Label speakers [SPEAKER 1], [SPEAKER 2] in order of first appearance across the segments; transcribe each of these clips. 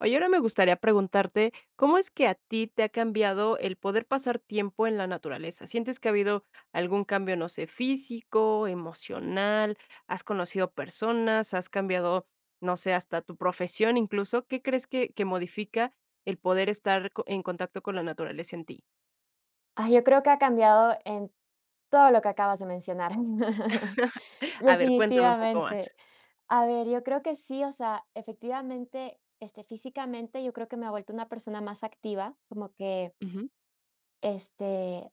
[SPEAKER 1] Oye, ahora me gustaría preguntarte, ¿cómo es que a ti te ha cambiado el poder pasar tiempo en la naturaleza? ¿Sientes que ha habido algún cambio, no sé, físico, emocional? ¿Has conocido personas? ¿Has cambiado, no sé, hasta tu profesión incluso? ¿Qué crees que modifica el poder estar en contacto con la naturaleza en ti?
[SPEAKER 2] Ah, yo creo que ha cambiado en todo lo que acabas de mencionar.
[SPEAKER 1] A ver, cuéntame un poco
[SPEAKER 2] Definitivamente.
[SPEAKER 1] más.
[SPEAKER 2] A ver, yo creo que sí, o sea, efectivamente, físicamente, yo creo que me ha vuelto una persona más activa, como que,
[SPEAKER 1] Ujú.
[SPEAKER 2] este,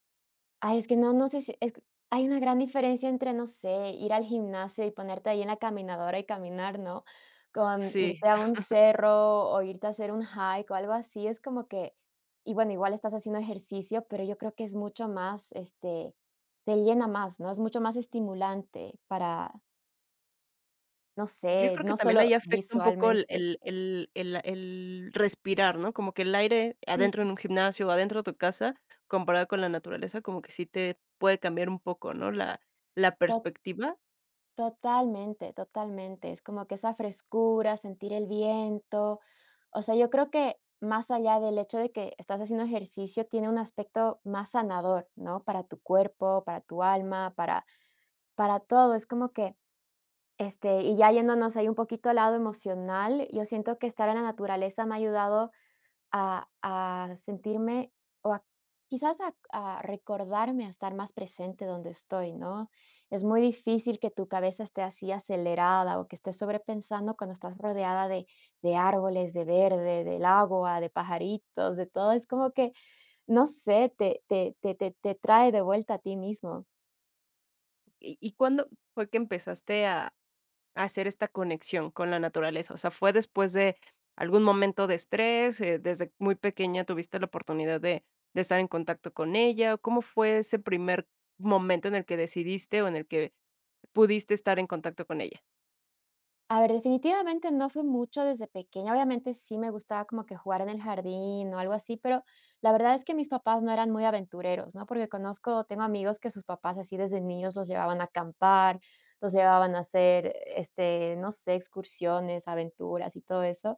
[SPEAKER 2] ay, es que no, no sé si es que hay una gran diferencia entre, no sé, ir al gimnasio y ponerte ahí en la caminadora y caminar, ¿no? Con
[SPEAKER 1] Sí.
[SPEAKER 2] irte a un cerro o irte a hacer un hike o algo así, es como que, y bueno, igual estás haciendo ejercicio, pero yo creo que es mucho más, te llena más, ¿no? Es mucho más estimulante para, no
[SPEAKER 1] Yo
[SPEAKER 2] sé,
[SPEAKER 1] creo que
[SPEAKER 2] no
[SPEAKER 1] también
[SPEAKER 2] solo
[SPEAKER 1] ahí afecta un poco el
[SPEAKER 2] visualmente.
[SPEAKER 1] el el el el respirar, ¿no? Como que el aire
[SPEAKER 2] Sí.
[SPEAKER 1] adentro en un gimnasio, o adentro de tu casa, comparado con la naturaleza, como que sí te puede cambiar un poco, ¿no? La perspectiva.
[SPEAKER 2] Totalmente, totalmente. Es como que esa frescura, sentir el viento. O sea, yo creo que más allá del hecho de que estás haciendo ejercicio, tiene un aspecto más sanador, ¿no? Para tu cuerpo, para tu alma, para todo. Es como que, y ya yéndonos ahí un poquito al lado emocional, yo siento que estar en la naturaleza me ha ayudado a sentirme o a quizás a recordarme a estar más presente donde estoy, ¿no? Es muy difícil que tu cabeza esté así acelerada o que estés sobrepensando cuando estás rodeada de árboles, de verde, del agua, de pajaritos, de todo. Es como que, no sé, te trae de vuelta a ti mismo.
[SPEAKER 1] ¿Y cuándo fue que empezaste a hacer esta conexión con la naturaleza? O sea, ¿fue después de algún momento de estrés? ¿Desde muy pequeña tuviste la oportunidad de estar en contacto con ella? O ¿cómo fue ese primer momento en el que decidiste o en el que pudiste estar en contacto con ella?
[SPEAKER 2] A ver, definitivamente no fue mucho desde pequeña. Obviamente sí me gustaba como que jugar en el jardín o algo así, pero la verdad es que mis papás no eran muy aventureros, ¿no? Porque conozco, tengo amigos que sus papás así desde niños los llevaban a acampar, los llevaban a hacer, no sé, excursiones, aventuras y todo eso.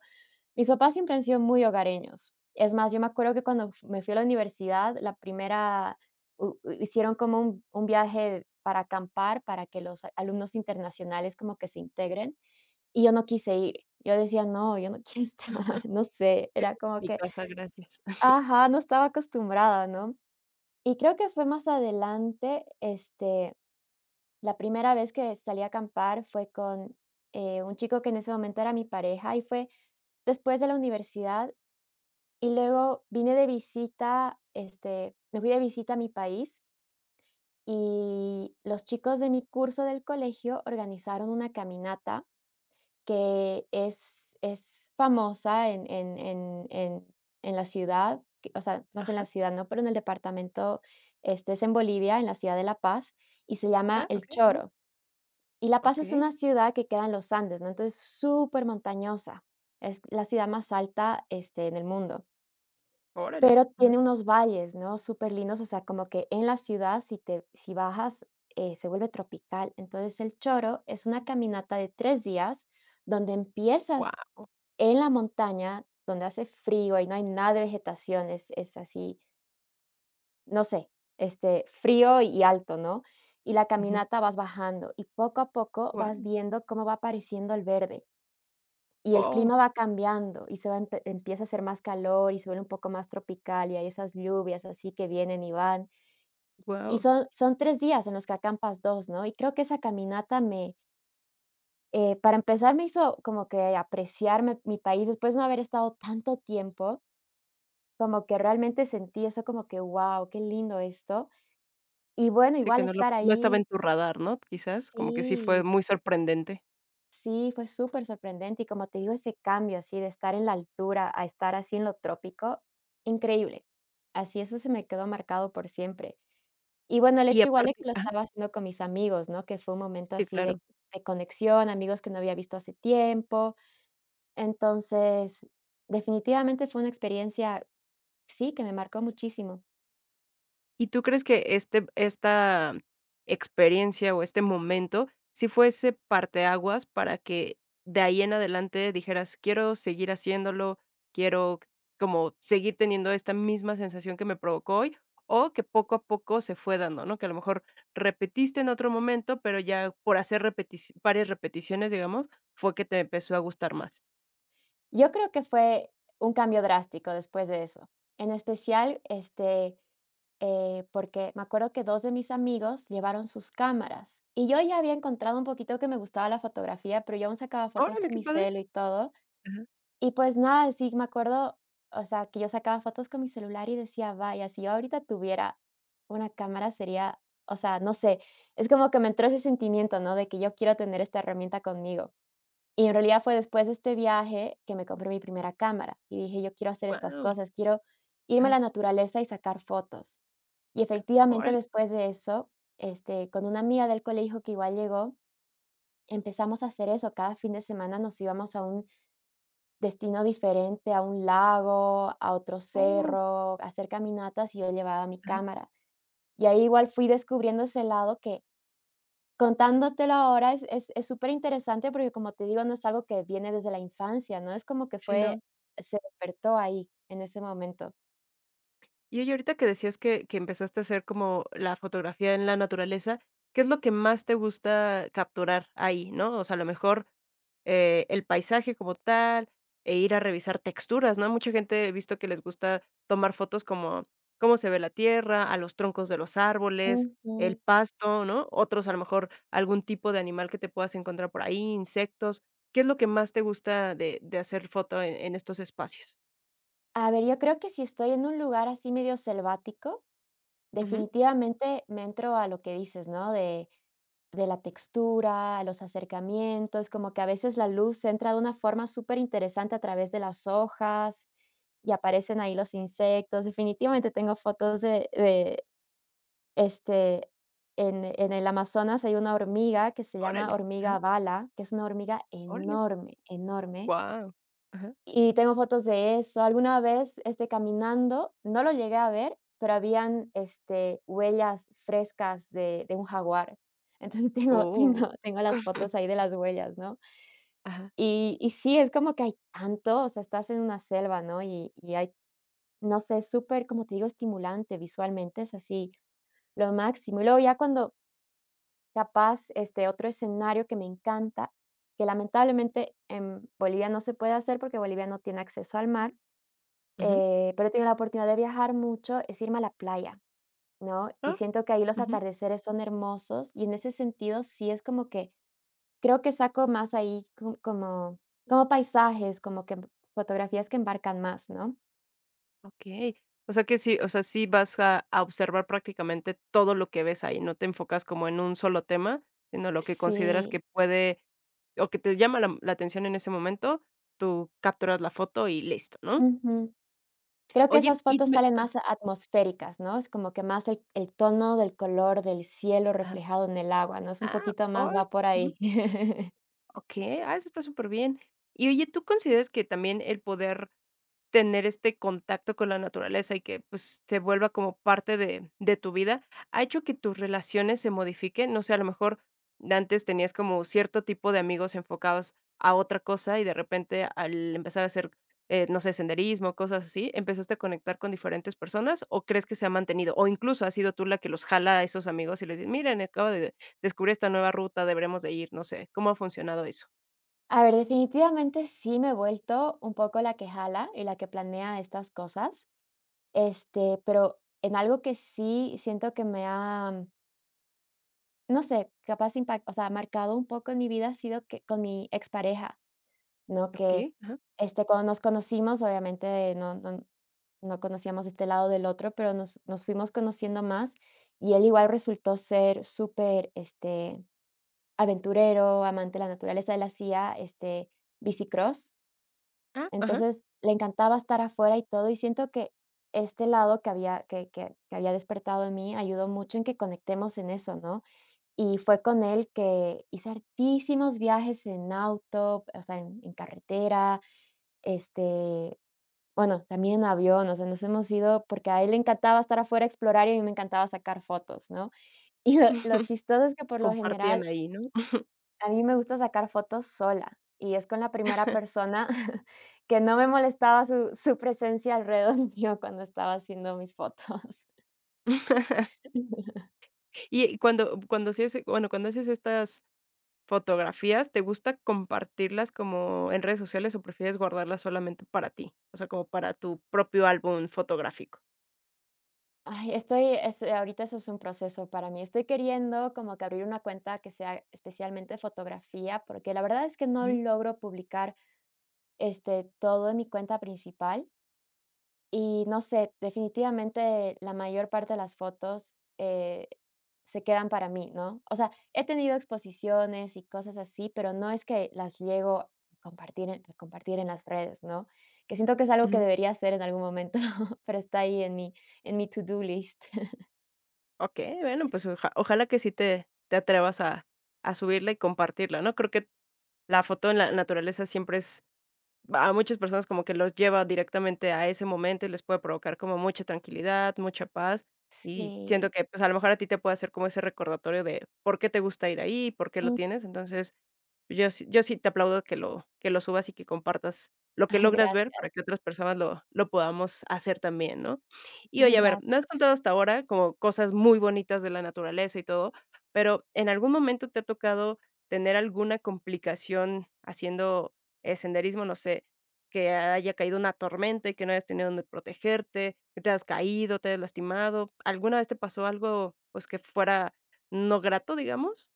[SPEAKER 2] Mis papás siempre han sido muy hogareños. Es más, yo me acuerdo que cuando me fui a la universidad, la primera, hicieron como un viaje para acampar, para que los alumnos internacionales como que se integren y yo no quise ir. Yo decía: "No, yo no quiero estar", no sé, era como
[SPEAKER 1] Mi
[SPEAKER 2] que.
[SPEAKER 1] casa, gracias.
[SPEAKER 2] Ajá, no estaba acostumbrada, ¿no? Y creo que fue más adelante, la primera vez que salí a acampar fue con, un chico que en ese momento era mi pareja, y fue después de la universidad, y luego vine de visita, me fui de visita a mi país, y los chicos de mi curso del colegio organizaron una caminata que es famosa en la ciudad, o sea, no sé en la
[SPEAKER 1] Ajá.
[SPEAKER 2] ciudad, no, pero en el departamento, es en Bolivia, en la ciudad de La Paz, y se llama
[SPEAKER 1] Ah,
[SPEAKER 2] El
[SPEAKER 1] okey,
[SPEAKER 2] Choro. Y La Paz es
[SPEAKER 1] okey.
[SPEAKER 2] una ciudad que queda en los Andes, ¿no? Entonces, súper montañosa. Es la ciudad más alta, en el mundo,
[SPEAKER 1] Órale.
[SPEAKER 2] pero
[SPEAKER 1] Ajá.
[SPEAKER 2] tiene unos valles, ¿no? Súper lindos, o sea, como que en la ciudad, si te si bajas, se vuelve tropical. Entonces, El Choro es una caminata de 3 días donde empiezas
[SPEAKER 1] Wow.
[SPEAKER 2] en la montaña, donde hace frío y no hay nada de vegetación, es así, no sé, frío y alto, ¿no? Y la
[SPEAKER 1] Ujú.
[SPEAKER 2] caminata vas bajando y poco a poco vas viendo cómo va apareciendo el verde y el
[SPEAKER 1] Oh,
[SPEAKER 2] clima va cambiando y se va empe empieza a hacer más calor y se vuelve un poco más tropical y hay esas lluvias así que vienen y van. Y
[SPEAKER 1] wow.
[SPEAKER 2] son 3 días en los que acampas dos, ¿no? Y creo que esa caminata me, para empezar, me hizo como que apreciar me mi país después de no haber estado tanto tiempo. Como que realmente sentí eso como que, wow, qué lindo esto. Y bueno,
[SPEAKER 1] Sí,
[SPEAKER 2] igual
[SPEAKER 1] que no lo
[SPEAKER 2] estar
[SPEAKER 1] no estaba
[SPEAKER 2] ahí
[SPEAKER 1] en tu radar, ¿no? Quizás, como que sí
[SPEAKER 2] sí,
[SPEAKER 1] fue muy sorprendente.
[SPEAKER 2] sí, fue súper sorprendente y como te digo, ese cambio así de estar en la altura a estar así en lo trópico, increíble. Así, eso se me quedó marcado por siempre. Y bueno, el
[SPEAKER 1] Y
[SPEAKER 2] hecho igual de
[SPEAKER 1] aparte,
[SPEAKER 2] que lo
[SPEAKER 1] ajá,
[SPEAKER 2] estaba haciendo con mis amigos, ¿no? Que fue un momento
[SPEAKER 1] sí,
[SPEAKER 2] así de
[SPEAKER 1] claro.
[SPEAKER 2] de conexión, amigos que no había visto hace tiempo. Entonces, definitivamente fue una experiencia, sí, que me marcó muchísimo.
[SPEAKER 1] ¿Y tú crees que esta experiencia o este momento si fuese ese parteaguas para que de ahí en adelante dijeras: "Quiero seguir haciéndolo, quiero como seguir teniendo esta misma sensación que me provocó hoy", o que poco a poco se fue dando, ¿no? Que a lo mejor repetiste en otro momento, pero ya por hacer repetici varias repeticiones, digamos, fue que te empezó a gustar más.
[SPEAKER 2] Yo creo que fue un cambio drástico después de eso. En especial, porque me acuerdo que 2 de mis amigos llevaron sus cámaras, y yo ya había encontrado un poquito que me gustaba la fotografía, pero yo aún sacaba fotos
[SPEAKER 1] Órale,
[SPEAKER 2] con
[SPEAKER 1] qué
[SPEAKER 2] mi
[SPEAKER 1] padre.
[SPEAKER 2] celo y todo.
[SPEAKER 1] Ajá.
[SPEAKER 2] Y, pues, nada, sí me acuerdo, o sea, que yo sacaba fotos con mi celular y decía: "Vaya, si yo ahorita tuviera una cámara sería", o sea, no sé, es como que me entró ese sentimiento, ¿no?, de que yo quiero tener esta herramienta conmigo. Y en realidad fue después de este viaje que me compré mi primera cámara y dije: "Yo quiero hacer estas
[SPEAKER 1] Guau.
[SPEAKER 2] cosas, quiero irme a
[SPEAKER 1] Ajá.
[SPEAKER 2] la naturaleza y sacar fotos". Y efectivamente,
[SPEAKER 1] Órale.
[SPEAKER 2] después de eso, con una amiga del colegio que igual llegó, empezamos a hacer eso. Cada fin de semana nos íbamos a un destino diferente, a un lago, a otro
[SPEAKER 1] Oh.
[SPEAKER 2] cerro, a hacer caminatas, y yo llevaba mi
[SPEAKER 1] Ajá.
[SPEAKER 2] cámara. Y ahí igual fui descubriendo ese lado que. Contándotelo ahora es superinteresante porque, como te digo, no es algo que viene desde la infancia, ¿no? Es como que
[SPEAKER 1] Sí,
[SPEAKER 2] fue,
[SPEAKER 1] no.
[SPEAKER 2] se despertó ahí, en ese momento.
[SPEAKER 1] Y oye, ahorita que decías que empezaste a hacer como la fotografía en la naturaleza, ¿qué es lo que más te gusta capturar ahí, no? O sea, a lo mejor, el paisaje como tal, e ir a revisar texturas, ¿no? Mucha gente he visto que les gusta tomar fotos como cómo se ve la tierra, a los troncos de los árboles, el
[SPEAKER 2] Ujú.
[SPEAKER 1] pasto, ¿no? Otros, a lo mejor, algún tipo de animal que te puedas encontrar por ahí, insectos. ¿Qué es lo que más te gusta de hacer foto en estos espacios?
[SPEAKER 2] A ver, yo creo que si estoy en un lugar así medio selvático,
[SPEAKER 1] Ujú.
[SPEAKER 2] definitivamente me entro a lo que dices, ¿no? De la textura, a los acercamientos, como que a veces la luz entra de una forma superinteresante a través de las hojas y aparecen ahí los insectos. Definitivamente tengo fotos de. Este, en el Amazonas hay una hormiga que se llama
[SPEAKER 1] Órale,
[SPEAKER 2] hormiga bala, que es una hormiga
[SPEAKER 1] órale.
[SPEAKER 2] enorme, enorme,
[SPEAKER 1] Guau. Ajá.
[SPEAKER 2] y tengo fotos de eso. Alguna vez, caminando, no lo llegué a ver, pero habían, huellas frescas de un jaguar. Entonces, tengo
[SPEAKER 1] Oh.
[SPEAKER 2] tengo tengo las fotos ahí de las huellas, ¿no?
[SPEAKER 1] Ajá.
[SPEAKER 2] Y sí, es como que hay tanto, o sea, estás en una selva, ¿no? Y hay, no sé, es súper, como te digo, estimulante visualmente, es así, lo máximo. Y luego ya cuando. Capaz, otro escenario que me encanta, que lamentablemente en Bolivia no se puede hacer porque Bolivia no tiene acceso al mar,
[SPEAKER 1] Ujú.
[SPEAKER 2] pero he tenido la oportunidad de viajar mucho, es irme a la playa, ¿no? Y
[SPEAKER 1] Ah,
[SPEAKER 2] siento que ahí los
[SPEAKER 1] ujú.
[SPEAKER 2] atardeceres son hermosos y en ese sentido sí es como que creo que saco más ahí como paisajes, como que fotografías que embarcan más, ¿no?
[SPEAKER 1] Okey. O sea que sí, o sea, sí vas a observar prácticamente todo lo que ves ahí, no te enfocas como en un solo tema, sino lo que consideras que
[SPEAKER 2] Sí.
[SPEAKER 1] puede o que te llama la atención en ese momento, tú capturas la foto y listo, ¿no?
[SPEAKER 2] Creo que esas
[SPEAKER 1] Oye, y
[SPEAKER 2] fotos
[SPEAKER 1] me
[SPEAKER 2] salen más atmosféricas, ¿no? Es como que más el tono del color del cielo
[SPEAKER 1] ajá.
[SPEAKER 2] reflejado en el agua, ¿no? Es un
[SPEAKER 1] Ah,
[SPEAKER 2] poquito más
[SPEAKER 1] oh,
[SPEAKER 2] va por
[SPEAKER 1] ujú.
[SPEAKER 2] ahí.
[SPEAKER 1] Okey. Ah, eso está súper bien. Y oye, ¿tú consideras que también el poder tener este contacto con la naturaleza y que, pues, se vuelva como parte de tu vida, ha hecho que tus relaciones se modifiquen? No sé, a lo mejor antes tenías como cierto tipo de amigos enfocados a otra cosa y de repente al empezar a hacer, no sé, senderismo, cosas así, ¿empezaste a conectar con diferentes personas o crees que se ha mantenido? O incluso, ¿has sido tú la que los jala a esos amigos y les dices: "Miren, acabo de descubrir esta nueva ruta, deberemos de ir"? No sé, ¿cómo ha funcionado eso?
[SPEAKER 2] A ver, definitivamente sí me he vuelto un poco la que jala y la que planea estas cosas, pero en algo que sí siento que me ha, no sé, capaz impact o sea, marcado un poco en mi vida ha sido que con mi expareja, ¿no? Que,
[SPEAKER 1] Okey, ajá,
[SPEAKER 2] cuando nos conocimos, obviamente no conocíamos este lado del otro, pero nos fuimos conociendo más, y él igual resultó ser súper, aventurero, amante de la naturaleza. Él hacía, bicicross,
[SPEAKER 1] ah, ajá.
[SPEAKER 2] entonces le encantaba estar afuera y todo, y siento que este lado que había despertado en mí ayudó mucho en que conectemos en eso, ¿no? Y fue con él que hice hartísimos viajes en auto, o sea, en carretera. Este, bueno, también en avión, o sea, nos hemos ido porque a él le encantaba estar afuera, explorar, y a mí me encantaba sacar fotos, ¿no? Y lo chistoso es que por lo
[SPEAKER 1] Compartían
[SPEAKER 2] general
[SPEAKER 1] ahí, ¿no?
[SPEAKER 2] a mí me gusta sacar fotos sola, y es con la primera persona que no me molestaba su presencia alrededor mío cuando estaba haciendo mis fotos.
[SPEAKER 1] Y cuando haces bueno, cuando haces estas fotografías, ¿te gusta compartirlas como en redes sociales o prefieres guardarlas solamente para ti? O sea, como para tu propio álbum fotográfico.
[SPEAKER 2] Ay, estoy es ahorita eso es un proceso para mí. Estoy queriendo como que abrir una cuenta que sea especialmente fotografía, porque la verdad es que no
[SPEAKER 1] Ujú,
[SPEAKER 2] logro publicar, todo en mi cuenta principal. Y no sé, definitivamente la mayor parte de las fotos, se quedan para mí, ¿no? O sea, he tenido exposiciones y cosas así, pero no es que las llego a compartir en las redes, ¿no? Que siento que es algo que
[SPEAKER 1] ujú.
[SPEAKER 2] debería hacer en algún momento, pero está ahí en mi to do list.
[SPEAKER 1] Okey, bueno, pues ojalá que sí te te atrevas a subirla y compartirla, ¿no? Creo que la foto en la naturaleza siempre es. A muchas personas como que los lleva directamente a ese momento y les puede provocar como mucha tranquilidad, mucha paz, y siento
[SPEAKER 2] Sí.
[SPEAKER 1] que, pues, a lo mejor a ti te puede hacer como ese recordatorio de por qué te gusta ir ahí, por qué lo
[SPEAKER 2] Mm.
[SPEAKER 1] tienes. Entonces, yo sí te aplaudo que lo subas y que compartas lo que
[SPEAKER 2] Ay,
[SPEAKER 1] logras ver
[SPEAKER 2] gracias,
[SPEAKER 1] para que otras personas lo podamos hacer también, ¿no? Y oye, a ver, me has
[SPEAKER 2] gracias.
[SPEAKER 1] contado hasta ahora como cosas muy bonitas de la naturaleza y todo, pero, ¿en algún momento te ha tocado tener alguna complicación haciendo, senderismo? No sé, que haya caído una tormenta y que no hayas tenido donde protegerte, que te has caído, te hayas lastimado. ¿Alguna vez te pasó algo, pues, que fuera no grato, digamos?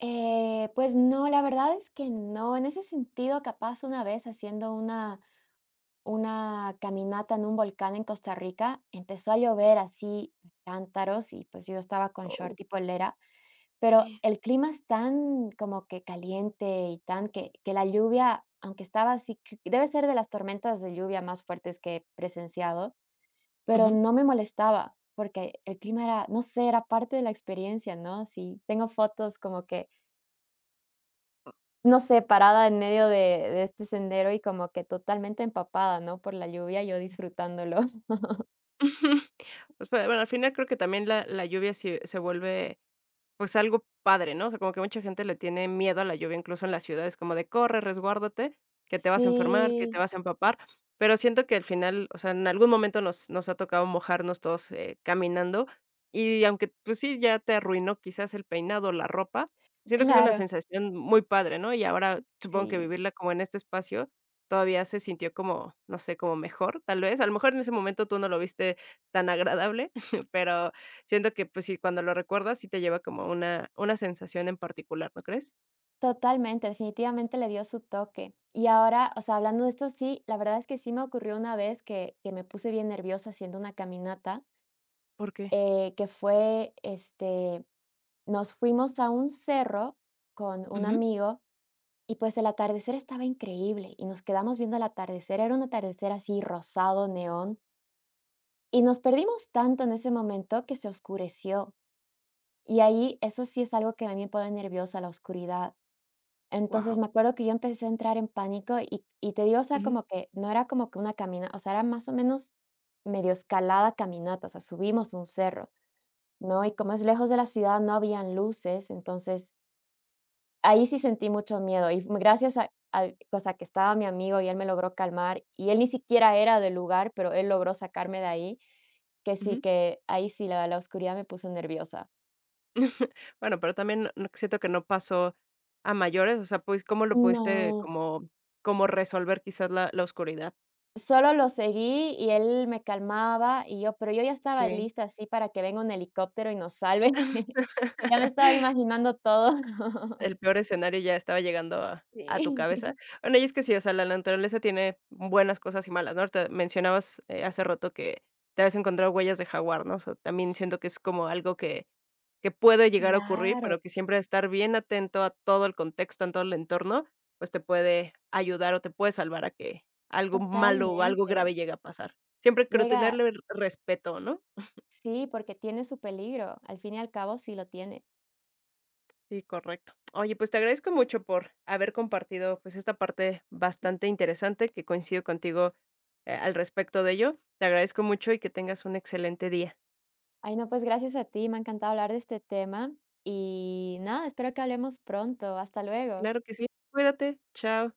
[SPEAKER 2] Pues no, la verdad es que no. En ese sentido, capaz una vez haciendo una caminata en un volcán en Costa Rica, empezó a llover así a cántaros y, pues, yo estaba con
[SPEAKER 1] O
[SPEAKER 2] short y polera, pero el clima es tan como que caliente y tan que la lluvia, aunque estaba así, c debe ser de las tormentas de lluvia más fuertes que he presenciado, pero
[SPEAKER 1] ujú.
[SPEAKER 2] no me molestaba, porque el clima era, no sé, era parte de la experiencia, ¿no? Sí, tengo fotos como que, no sé, parada en medio de este sendero y como que totalmente empapada, ¿no? Por la lluvia, yo disfrutándolo.
[SPEAKER 1] Pues, bueno, al final creo que también la lluvia se se vuelve, pues algo padre, ¿no? O sea, como que mucha gente le tiene miedo a la lluvia, incluso en las ciudades, como de corre, resguárdate, que te vas a enfermar, que te
[SPEAKER 2] Sí,
[SPEAKER 1] vas a empapar. Pero siento que al final, o sea, en algún momento nos ha tocado mojarnos todos, caminando, y aunque pues sí, ya te arruinó quizás el peinado, la ropa, siento que es una
[SPEAKER 2] claro,
[SPEAKER 1] sensación muy padre, ¿no? Y ahora supongo que
[SPEAKER 2] sí,
[SPEAKER 1] vivirla como en este espacio todavía se sintió como, no sé, como mejor, tal vez. A lo mejor en ese momento tú no lo viste tan agradable, pero siento que, pues sí, cuando lo recuerdas, sí te lleva como una sensación en particular, ¿no crees?
[SPEAKER 2] totalmente, definitivamente le dio su toque. Y ahora, o sea, hablando de esto, sí, la verdad es que sí me ocurrió una vez que me puse bien nerviosa haciendo una caminata,
[SPEAKER 1] ¿Por qué?
[SPEAKER 2] que fue, nos fuimos a un cerro con un
[SPEAKER 1] Wow.
[SPEAKER 2] amigo y, pues, el atardecer estaba increíble y nos quedamos viendo el atardecer, era un atardecer así rosado, neón, y nos perdimos tanto en ese momento que se oscureció. Y ahí, eso sí es algo que a mí me pone nerviosa, la oscuridad. Entonces, me acuerdo que yo empecé a entrar en pánico y te digo, o sea, como que no era como que una camina o sea, era más o menos medio escalada caminata, o sea, subimos un cerro, ¿no? Y como es lejos de la ciudad, no habían luces, entonces ahí sí sentí mucho miedo y gracias a al o sea, que estaba mi amigo y él me logró calmar y él ni siquiera era del lugar, pero él logró sacarme de ahí, que sí, que ahí sí la oscuridad me puso nerviosa.
[SPEAKER 1] Bueno, pero también no siento que no pasó a mayores, o sea, pues, ¿cómo lo pudiste
[SPEAKER 2] No.
[SPEAKER 1] como como resolver quizás la oscuridad?
[SPEAKER 2] Solo lo seguí y él me calmaba y yo, pero yo ya estaba
[SPEAKER 1] ¿Qué?
[SPEAKER 2] lista así para que venga un helicóptero y nos salve. Ya me estaba imaginando todo.
[SPEAKER 1] El peor escenario ya estaba llegando a tu cabeza.
[SPEAKER 2] Sí.
[SPEAKER 1] Bueno, y es que sí, o sea, la naturaleza tiene buenas cosas y malas, ¿no? Ahorita mencionabas, hace rato que te habías encontrado huellas de jaguar, ¿no? O sea, también siento que es como algo que puede llegar a ocurrir,
[SPEAKER 2] Claro,
[SPEAKER 1] pero que siempre estar bien atento a todo el contexto, a todo el entorno, pues te puede ayudar o te puede salvar a que algo malo o algo
[SPEAKER 2] totalmente.
[SPEAKER 1] grave llegue a pasar. Siempre creo
[SPEAKER 2] Llega
[SPEAKER 1] tenerle respeto, ¿no?
[SPEAKER 2] sí, porque tiene su peligro, al fin y al cabo sí lo tiene.
[SPEAKER 1] Sí, correcto. Oye, pues te agradezco mucho por haber compartido pues esta parte bastante interesante que coincido contigo, al respecto de ello. Te agradezco mucho y que tengas un excelente día.
[SPEAKER 2] Ay, no, pues gracias a ti, me ha encantado hablar de este tema y nada, espero que hablemos pronto. Hasta luego.
[SPEAKER 1] Claro que sí. Cuídate. Chao.